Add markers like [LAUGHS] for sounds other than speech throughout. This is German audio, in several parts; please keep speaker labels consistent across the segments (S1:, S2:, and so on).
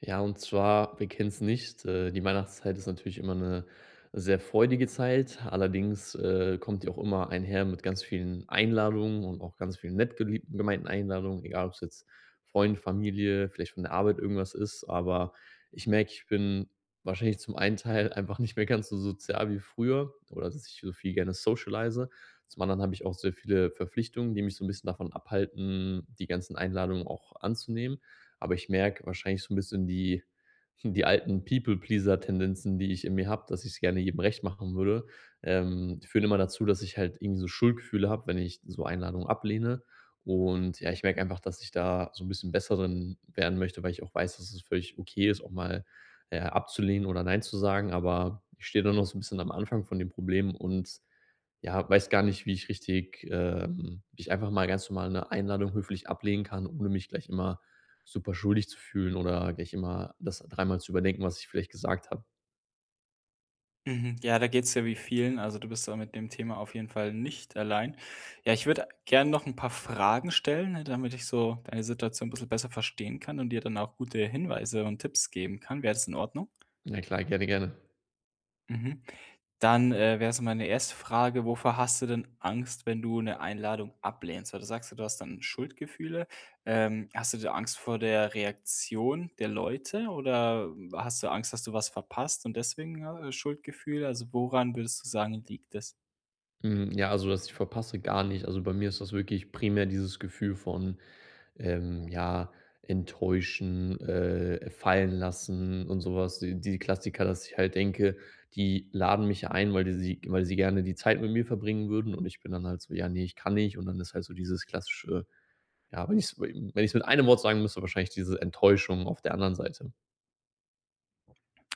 S1: Ja, und zwar, wir kennen es nicht, die Weihnachtszeit ist natürlich immer eine sehr freudige Zeit. Allerdings, kommt die auch immer einher mit ganz vielen Einladungen und auch ganz vielen nett gelieb gemeinten Einladungen, egal ob es jetzt Freund, Familie, vielleicht von der Arbeit irgendwas ist. Aber ich merke, ich bin wahrscheinlich zum einen Teil [LAUGHS] einfach nicht mehr ganz so sozial wie früher oder dass ich so viel gerne socialize. Zum anderen habe ich auch sehr viele Verpflichtungen, die mich so ein bisschen davon abhalten, die ganzen Einladungen auch anzunehmen. Aber ich merke wahrscheinlich so ein bisschen die alten People-Pleaser-Tendenzen, die ich in mir habe, dass ich's gerne jedem recht machen würde, führen immer dazu, dass ich halt irgendwie so Schuldgefühle habe, wenn ich so Einladungen ablehne. Und ja, ich merke einfach, dass ich da so ein bisschen besser drin werden möchte, weil ich auch weiß, dass es völlig okay ist, auch mal, abzulehnen oder nein zu sagen. Aber ich stehe da noch so ein bisschen am Anfang von dem Problem und ja, weiß gar nicht, wie ich richtig wie ich einfach mal ganz normal eine Einladung höflich ablehnen kann, ohne mich gleich immer super schuldig zu fühlen oder gleich immer das dreimal zu überdenken, was ich vielleicht gesagt habe.
S2: Mhm. Ja, da geht's ja wie vielen. Also du bist da mit dem Thema auf jeden Fall nicht allein. Ja, ich würde gerne noch ein paar Fragen stellen, ne, damit ich so deine Situation ein bisschen besser verstehen kann und dir dann auch gute Hinweise und Tipps geben kann. Wäre das in Ordnung?
S1: Na klar, gerne, gerne.
S2: Mhm. Dann wäre so meine erste Frage, wovor hast du denn Angst, wenn du eine Einladung ablehnst? Weil du sagst ja, du hast dann Schuldgefühle. Hast du da Angst vor der Reaktion der Leute oder hast du Angst, dass du was verpasst und deswegen, Schuldgefühle? Also woran würdest du sagen, liegt es?
S1: Hm, ja, also, dass ich verpasse, gar nicht. Also, bei mir ist das wirklich primär dieses Gefühl von, ja, enttäuschen, fallen lassen und sowas. Was. Die Klassiker, dass ich halt denke, die laden mich ein, weil die sie weil sie gerne die Zeit mit mir verbringen würden und ich bin dann halt so: „Ja, nee, ich kann nicht.“ Und dann ist halt so dieses klassische ja, wenn ich's mit einem Wort sagen müsste, wahrscheinlich diese Enttäuschung auf der anderen Seite.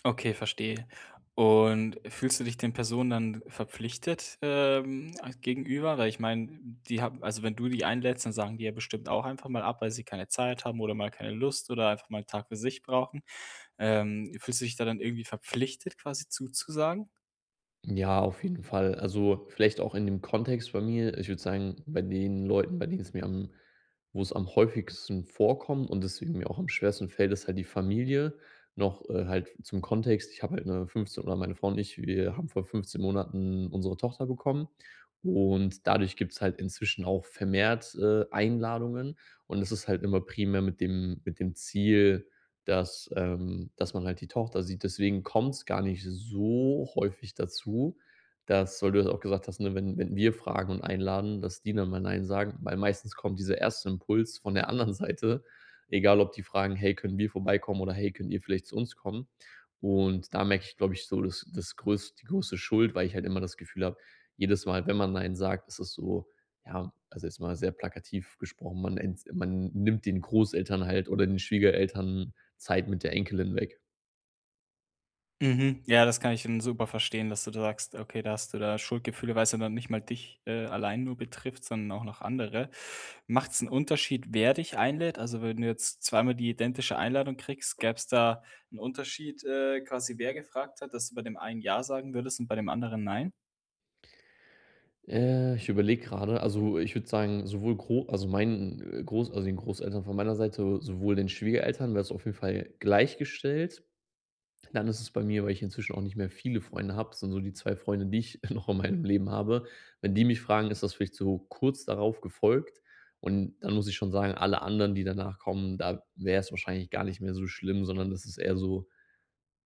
S2: Okay, verstehe. Und fühlst du dich den Personen dann verpflichtet, a gegenüber? Weil ich meine, die haben also, wenn du die einlädst, dann sagen die ja bestimmt auch einfach mal ab, weil sie keine Zeit haben oder mal keine Lust oder einfach mal 'n Tag für sich brauchen. Fühlst du dich da dann irgendwie verpflichtet, quasi zuzusagen?
S1: Ja, auf jeden Fall. Also, vielleicht auch in dem Kontext bei mir ich würde sagen, bei den Leuten, bei denen es mir am wo es am häufigsten vorkommt und deswegen mir auch am schwersten fällt, ist halt die Familie. Noch, halt zum Kontext, ich habe halt eine 15 oder meine Frau und ich, wir haben vor 15 Monaten unsere Tochter bekommen, und dadurch gibt es halt inzwischen auch vermehrt, Einladungen, und es ist halt immer primär mit dem Ziel, dass dass man halt die Tochter sieht. Deswegen kommt's gar nicht so häufig dazu, dass, weil du das auch gesagt hast, ne, wenn wir fragen und einladen, dass die dann mal nein sagen, weil meistens kommt dieser erste Impuls von der anderen Seite, egal ob die fragen: „Hey, können wir vorbeikommen?“ oder „Hey, könnt ihr vielleicht zu uns kommen?“ Und da merke ich, glaube ich, so das das größte die größte Schuld, weil ich halt immer das Gefühl habe, jedes Mal, wenn man nein sagt, ist es so, ja also, jetzt mal sehr plakativ gesprochen, man nimmt den Großeltern halt oder den Schwiegereltern Zeit mit der Enkelin weg.
S2: Mhm. Ja, das kann ich dann super verstehen, dass du da sagst, okay, da hast du da Schuldgefühle, weil es ja dann nicht mal dich allein nur betrifft, sondern auch noch andere. Macht es einen Unterschied, wer dich einlädt? Also, wenn du jetzt zweimal die identische Einladung kriegst, gäb's da einen Unterschied, quasi wer gefragt hat, dass du bei dem einen ja sagen würdest und bei dem anderen nein?
S1: Ich überlege gerade, also, ich würde sagen, meinen, den Großeltern von meiner Seite, sowohl den Schwiegereltern wäre es auf jeden Fall gleichgestellt. Dann ist es bei mir, weil ich inzwischen auch nicht mehr viele Freunde habe, das sind so die 2 Freunde, die ich [LAUGHS] noch in meinem Leben habe. Wenn die mich fragen, ist das vielleicht so kurz darauf gefolgt, und dann muss ich schon sagen, alle anderen, die danach kommen, da wäre es wahrscheinlich gar nicht mehr so schlimm, sondern das ist eher so: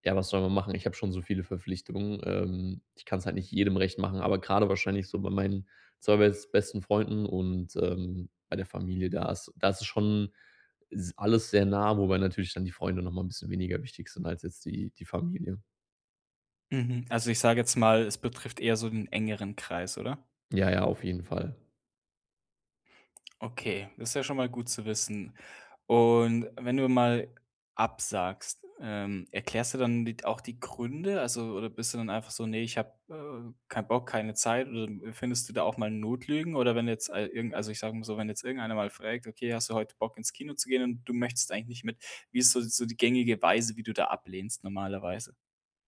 S1: ja, was soll man machen? Ich habe schon so viele Verpflichtungen. Ich kann es halt nicht jedem recht machen, aber gerade wahrscheinlich so bei meinen 2 besten Freunden und, bei der Familie, da ist es schon s alles sehr nah, wobei natürlich dann die Freunde noch mal 'n bisschen weniger wichtig sind als jetzt die Familie.
S2: Mhm. Also, ich sage jetzt mal, es betrifft eher so den engeren Kreis, oder?
S1: Ja, ja, auf jeden Fall.
S2: Okay, das ist ja schon mal gut zu wissen. Und wenn du mal absagst, erklärst du dann die auch die Gründe? Also oder bist du dann einfach so: „Nee, ich habe keinen Bock, keine Zeit“, oder findest du da auch mal Notlügen? Oder wenn jetzt al irgend also, ich sage mal so, wenn jetzt irgendeiner mal fragt: „Okay, hast du heute Bock, ins Kino zu gehen?“, und du möchtest eigentlich nicht mit. Wie ist so so die gängige Weise, wie du da ablehnst normalerweise?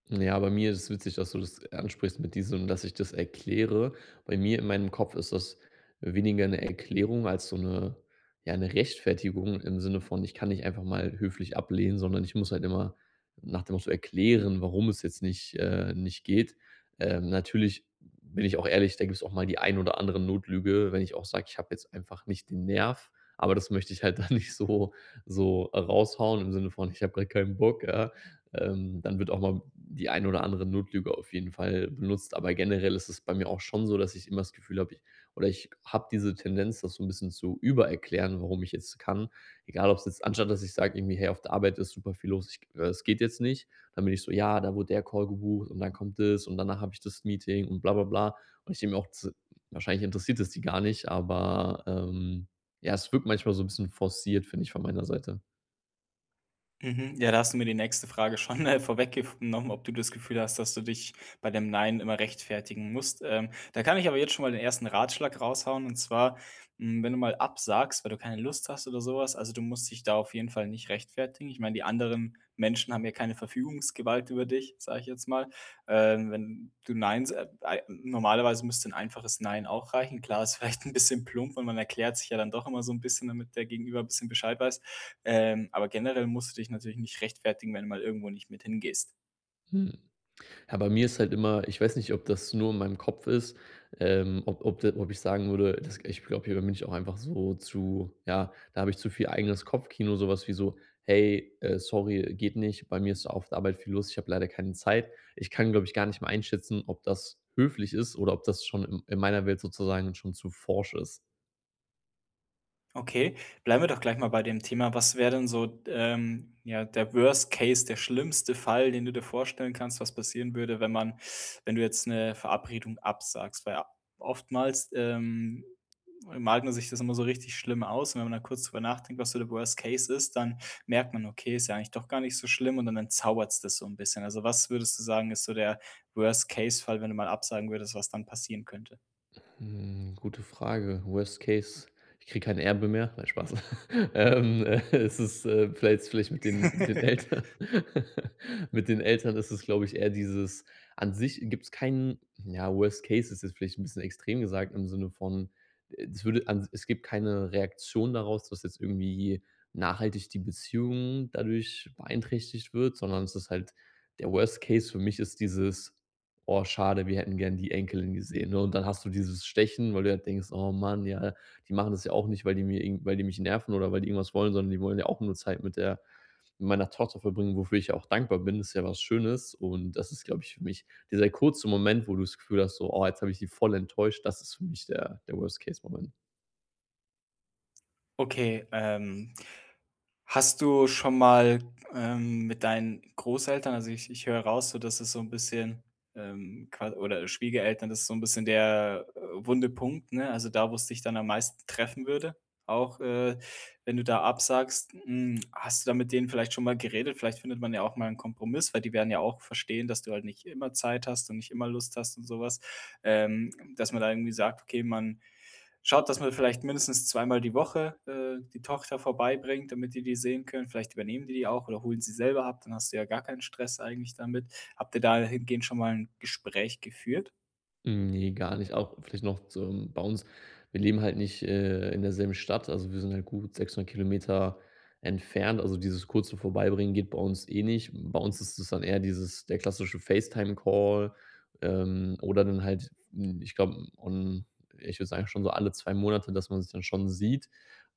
S1: Ja, bei mir ist es witzig, dass du das ansprichst mit diesem, dass ich das erkläre. Bei mir in meinem Kopf ist das weniger eine Erklärung als so eine ja, eine Rechtfertigung im Sinne von, ich kann nicht einfach mal höflich ablehnen, sondern ich muss halt immer nach dem Motto erklären, warum es jetzt nicht nicht geht. Natürlich bin ich auch ehrlich, da gibt es auch mal die ein oder andere Notlüge, wenn ich auch sage, ich habe jetzt einfach nicht den Nerv, aber das möchte ich halt dann [LAUGHS] nicht so raushauen im Sinne von: „Ich habe gerade keinen Bock“, ja. Dann wird auch mal die ein oder andere Notlüge auf jeden Fall benutzt. Aber generell ist es bei mir auch schon so, dass ich immer das Gefühl habe, ich habe diese Tendenz, das so ein bisschen zu übererklären, warum ich jetzt kann. Egal, ob es jetzt, anstatt dass ich sage irgendwie: „Hey, auf der Arbeit ist super viel los, ich es geht jetzt nicht.“ Dann bin ich so: „Ja, da wurde der Call gebucht und dann kommt das und danach habe ich das Meeting und bla bla bla.“ Und ich denke mir auch z wahrscheinlich interessiert es die gar nicht, aber, ja, es wirkt manchmal so ein bisschen forciert, finde ich, von meiner Seite.
S2: Mhm. Ja, da hast du mir die nächste Frage schon vorweggenommen, ob du das Gefühl hast, dass du dich bei dem Nein immer rechtfertigen musst. Da kann ich aber jetzt schon mal den ersten Ratschlag raushauen, und zwar, wenn du mal absagst, weil du keine Lust hast oder sowas, also, du musst dich da auf jeden Fall nicht rechtfertigen. Ich meine, die anderen Menschen haben ja keine Verfügungsgewalt über dich, sage ich jetzt mal. Wenn du Nein sa ei normalerweise müsste ein einfaches Nein auch reichen. Klar, ist [LAUGHS] vielleicht ein bisschen plump, und man erklärt sich ja dann doch immer so ein bisschen, damit der Gegenüber ein bisschen Bescheid weiß. Aber generell musst du dich natürlich nicht rechtfertigen, wenn du mal irgendwo nicht mit hingehst.
S1: Mhm. Ja, bei mir ist halt immer, ich weiß nicht, ob das nur in meinem Kopf ist, ob ich sagen würde, das, ich glaube, hier bin ich auch einfach so zu, ja, da habe ich zu viel eigenes Kopfkino, sowas wie so: „Hey, sorry, geht nicht. Bei mir ist auf der Arbeit viel los. Ich habe leider keine Zeit.“ Ich kann, glaube ich, gar nicht mehr einschätzen, ob das höflich ist oder ob das schon in meiner Welt sozusagen schon zu forsch ist.
S2: Okay, bleiben wir doch gleich mal bei dem Thema. Was wäre denn so, ja, der Worst Case, der schlimmste Fall, den du dir vorstellen kannst, was passieren würde, wenn man wenn du jetzt eine Verabredung absagst? Weil oftmals, malt man sich das immer so richtig schlimm aus, und wenn man dann kurz drüber nachdenkt, was so der Worst Case ist, dann merkt man: „Okay, ist ja eigentlich doch gar nicht so schlimm“, und dann entzaubert es das so ein bisschen. Also, was würdest du sagen, ist so der Worst Case Fall, wenn du mal absagen würdest, was dann passieren könnte?
S1: Hm, gute Frage. Worst Case, ich kriege kein Erbe mehr. Nein, Spaß. [LAUGHS] Es ist, vielleicht mit den
S2: [LAUGHS]
S1: Eltern, [LAUGHS] mit den Eltern ist es, glaube ich, eher dieses, an sich gibt es keinen, ja, Worst Case ist jetzt vielleicht ein bisschen extrem gesagt im Sinne von, es würde an es gibt keine Reaktion daraus, dass jetzt irgendwie nachhaltig die Beziehung dadurch beeinträchtigt wird, sondern es ist halt, der Worst Case für mich ist dieses: oh, schade, wir hätten gern die Enkelin gesehen, ne? Und dann hast du dieses Stechen, weil du halt denkst: „Oh Mann, ja, die machen das ja auch nicht, weil die mich nerven oder weil die irgendwas wollen, sondern die wollen ja auch nur Zeit mit der mit meiner Tochter verbringen“, wofür ich ja auch dankbar bin. Das ist ja was Schönes, und das ist, glaube ich, für mich dieser kurze Moment, wo du das Gefühl hast, so: „Oh, jetzt habe ich die voll enttäuscht.“ Das ist für mich der Worst-Case-Moment.
S2: Okay, hast du schon mal, mit deinen Großeltern, also ich höre raus, so dass es so ein bisschen, qua oder Schwiegereltern, das ist so ein bisschen der wunde Punkt, ne? Also, da, wo es dich dann am meisten treffen würde, auch wenn du da absagst. Hm, hast du da mit denen vielleicht schon mal geredet? Vielleicht findet man ja auch mal einen Kompromiss, weil die werden ja auch verstehen, dass du halt nicht immer Zeit hast und nicht immer Lust hast und sowas. Ähm, Dass man da irgendwie sagt: „Okay, man“ — schaut, dass man vielleicht mindestens zweimal die Woche die Tochter vorbeibringt, damit die die sehen können. Vielleicht übernehmen die die auch oder holen sie selber ab, dann hast du ja gar keinen Stress eigentlich damit. Habt ihr dahingehend schon mal ein Gespräch geführt?
S1: Hm, nee, gar nicht. Auch vielleicht noch zum, bei uns, wir leben halt nicht, in derselben Stadt, also wir sind halt gut 600 Kilometer entfernt. Also dieses kurze Vorbeibringen geht bei uns eh nicht. Bei uns ist es dann eher dieses, der klassische FaceTime-Call, oder dann halt, hm, ich glaube, on ich würde sagen, schon so alle 2 Monate, dass man sich dann schon sieht.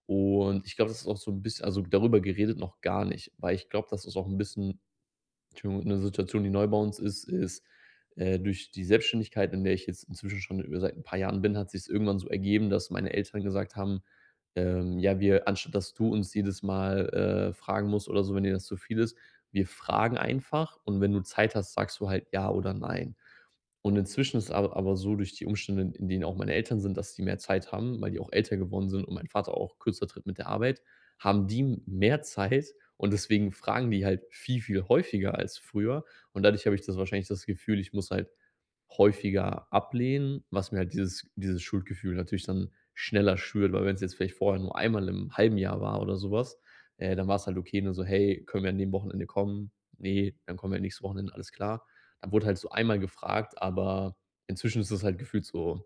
S1: Und ich glaube, das ist auch so ein bisschen, also darüber geredet noch gar nicht, weil ich glaube, das ist auch ein bisschen, Entschuldigung, 'ne Situation, die neu bei uns ist, ist, durch die Selbstständigkeit, in der ich jetzt inzwischen schon über seit ein paar Jahren bin, hat sich irgendwann so ergeben, dass meine Eltern gesagt haben, „Ja, wir, anstatt dass du uns jedes Mal, fragen musst oder so, wenn dir das zu viel ist, wir fragen einfach und wenn du Zeit hast, sagst du halt ja oder nein.“ Und inzwischen ist aber, so durch die Umstände, in denen auch meine Eltern sind, dass die mehr Zeit haben, weil die auch älter geworden sind und mein Vater auch kürzer tritt mit der Arbeit, haben die mehr Zeit, und deswegen fragen die halt viel, viel häufiger als früher. Und dadurch habe ich das wahrscheinlich, das Gefühl, ich muss halt häufiger ablehnen, was mir halt dieses Schuldgefühl natürlich dann schneller schürt, weil, wenn es jetzt vielleicht vorher nur einmal im halben Jahr war oder sowas, was, dann war's halt okay, nur so: „Hey, können wir an dem Wochenende kommen?“ „Nee, dann kommen wir nächstes Wochenende, alles klar.“ Da wurde halt so einmal gefragt, aber inzwischen ist es halt gefühlt so,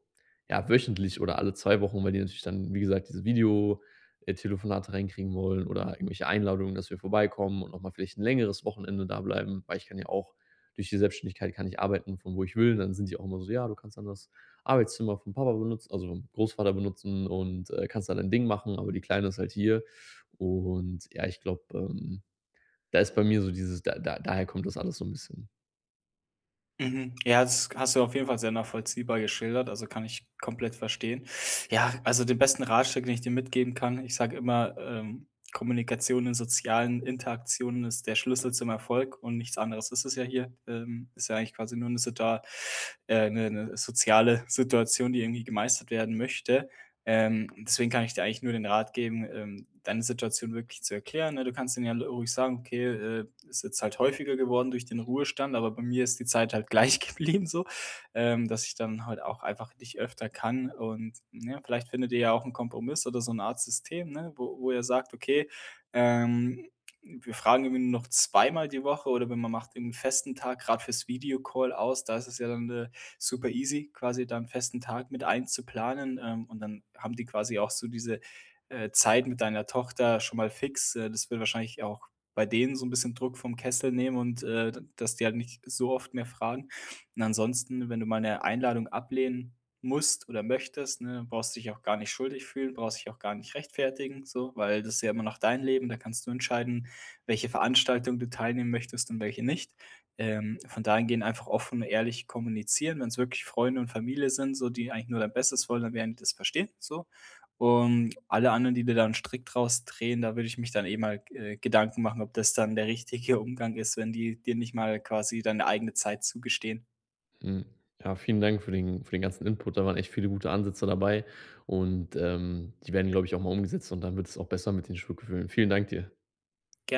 S1: ja, wöchentlich oder alle 2 Wochen, weil die natürlich dann, wie gesagt, diese Video Telefonate reinkriegen wollen oder irgendwelche Einladungen, dass wir vorbeikommen und nochmal vielleicht ein längeres Wochenende da bleiben. Weil ich kann ja auch, durch die Selbstständigkeit kann ich arbeiten, von wo ich will. Dann sind die auch immer so: „Ja, du kannst dann das Arbeitszimmer vom Papa benutzen, also vom Großvater benutzen und, kannst da dein Ding machen, aber die Kleine ist halt hier.“ Und ja, ich glaube, da ist bei mir so dieses, da da daher kommt das alles so ein bisschen.
S2: Mhm. Ja, das hast du auf jeden Fall sehr nachvollziehbar geschildert, also kann ich komplett verstehen. Ja, also den besten Ratschlag, den ich dir mitgeben kann, ich sage immer, Kommunikation in sozialen Interaktionen ist der Schlüssel zum Erfolg, und nichts anderes ist es ja hier. Ist ja eigentlich quasi nur eine, Situa eine soziale Situation, die irgendwie gemeistert werden möchte. Deswegen kann ich dir eigentlich nur den Rat geben, deine Situation wirklich zu erklären, ne? Du kannst denen ja ruhig sagen: „Okay, ist jetzt halt häufiger geworden durch den Ruhestand, aber bei mir ist die Zeit halt gleich [LAUGHS] geblieben so, dass ich dann halt auch einfach nicht öfter kann.“ Und, ja, vielleicht findet ihr ja auch einen Kompromiss oder so 'ne Art System, ne, wo ihr sagt: „Okay, ähm, wir fragen irgendwie nur noch zweimal die Woche“, oder wenn man macht irgendwie festen Tag gerade fürs Videocall aus, da ist es ja dann, eine super easy, quasi da 'n festen Tag mit einzuplanen, und dann haben die quasi auch so diese Zeit mit deiner Tochter schon mal fix. Das wird wahrscheinlich auch bei denen so ein bisschen Druck vom Kessel nehmen und, dass die halt nicht so oft mehr fragen. Und ansonsten, wenn du mal eine Einladung ablehnen musst oder möchtest, ne, brauchst dich auch gar nicht schuldig fühlen, brauchst dich auch gar nicht rechtfertigen so, weil das ist ja immer noch dein Leben, da kannst du entscheiden, welche Veranstaltung du teilnehmen möchtest und welche nicht. Von dahingehend einfach offen und ehrlich kommunizieren. Wenn es wirklich Freunde und Familie sind, so, die eigentlich nur dein Bestes wollen, dann werden die das verstehen, so. Und alle anderen, die dir dann strikt draus drehen, da würde ich mich dann eh mal Gedanken machen, ob das dann der richtige Umgang ist, wenn die dir nicht mal quasi deine eigene Zeit zugestehen.
S1: Mhm. Ja, vielen Dank für den ganzen Input. Da waren echt viele gute Ansätze dabei und, die werden, glaube ich, auch mal umgesetzt und dann wird es auch besser mit den Schuldgefühlen. Vielen Dank dir.
S2: Gerne.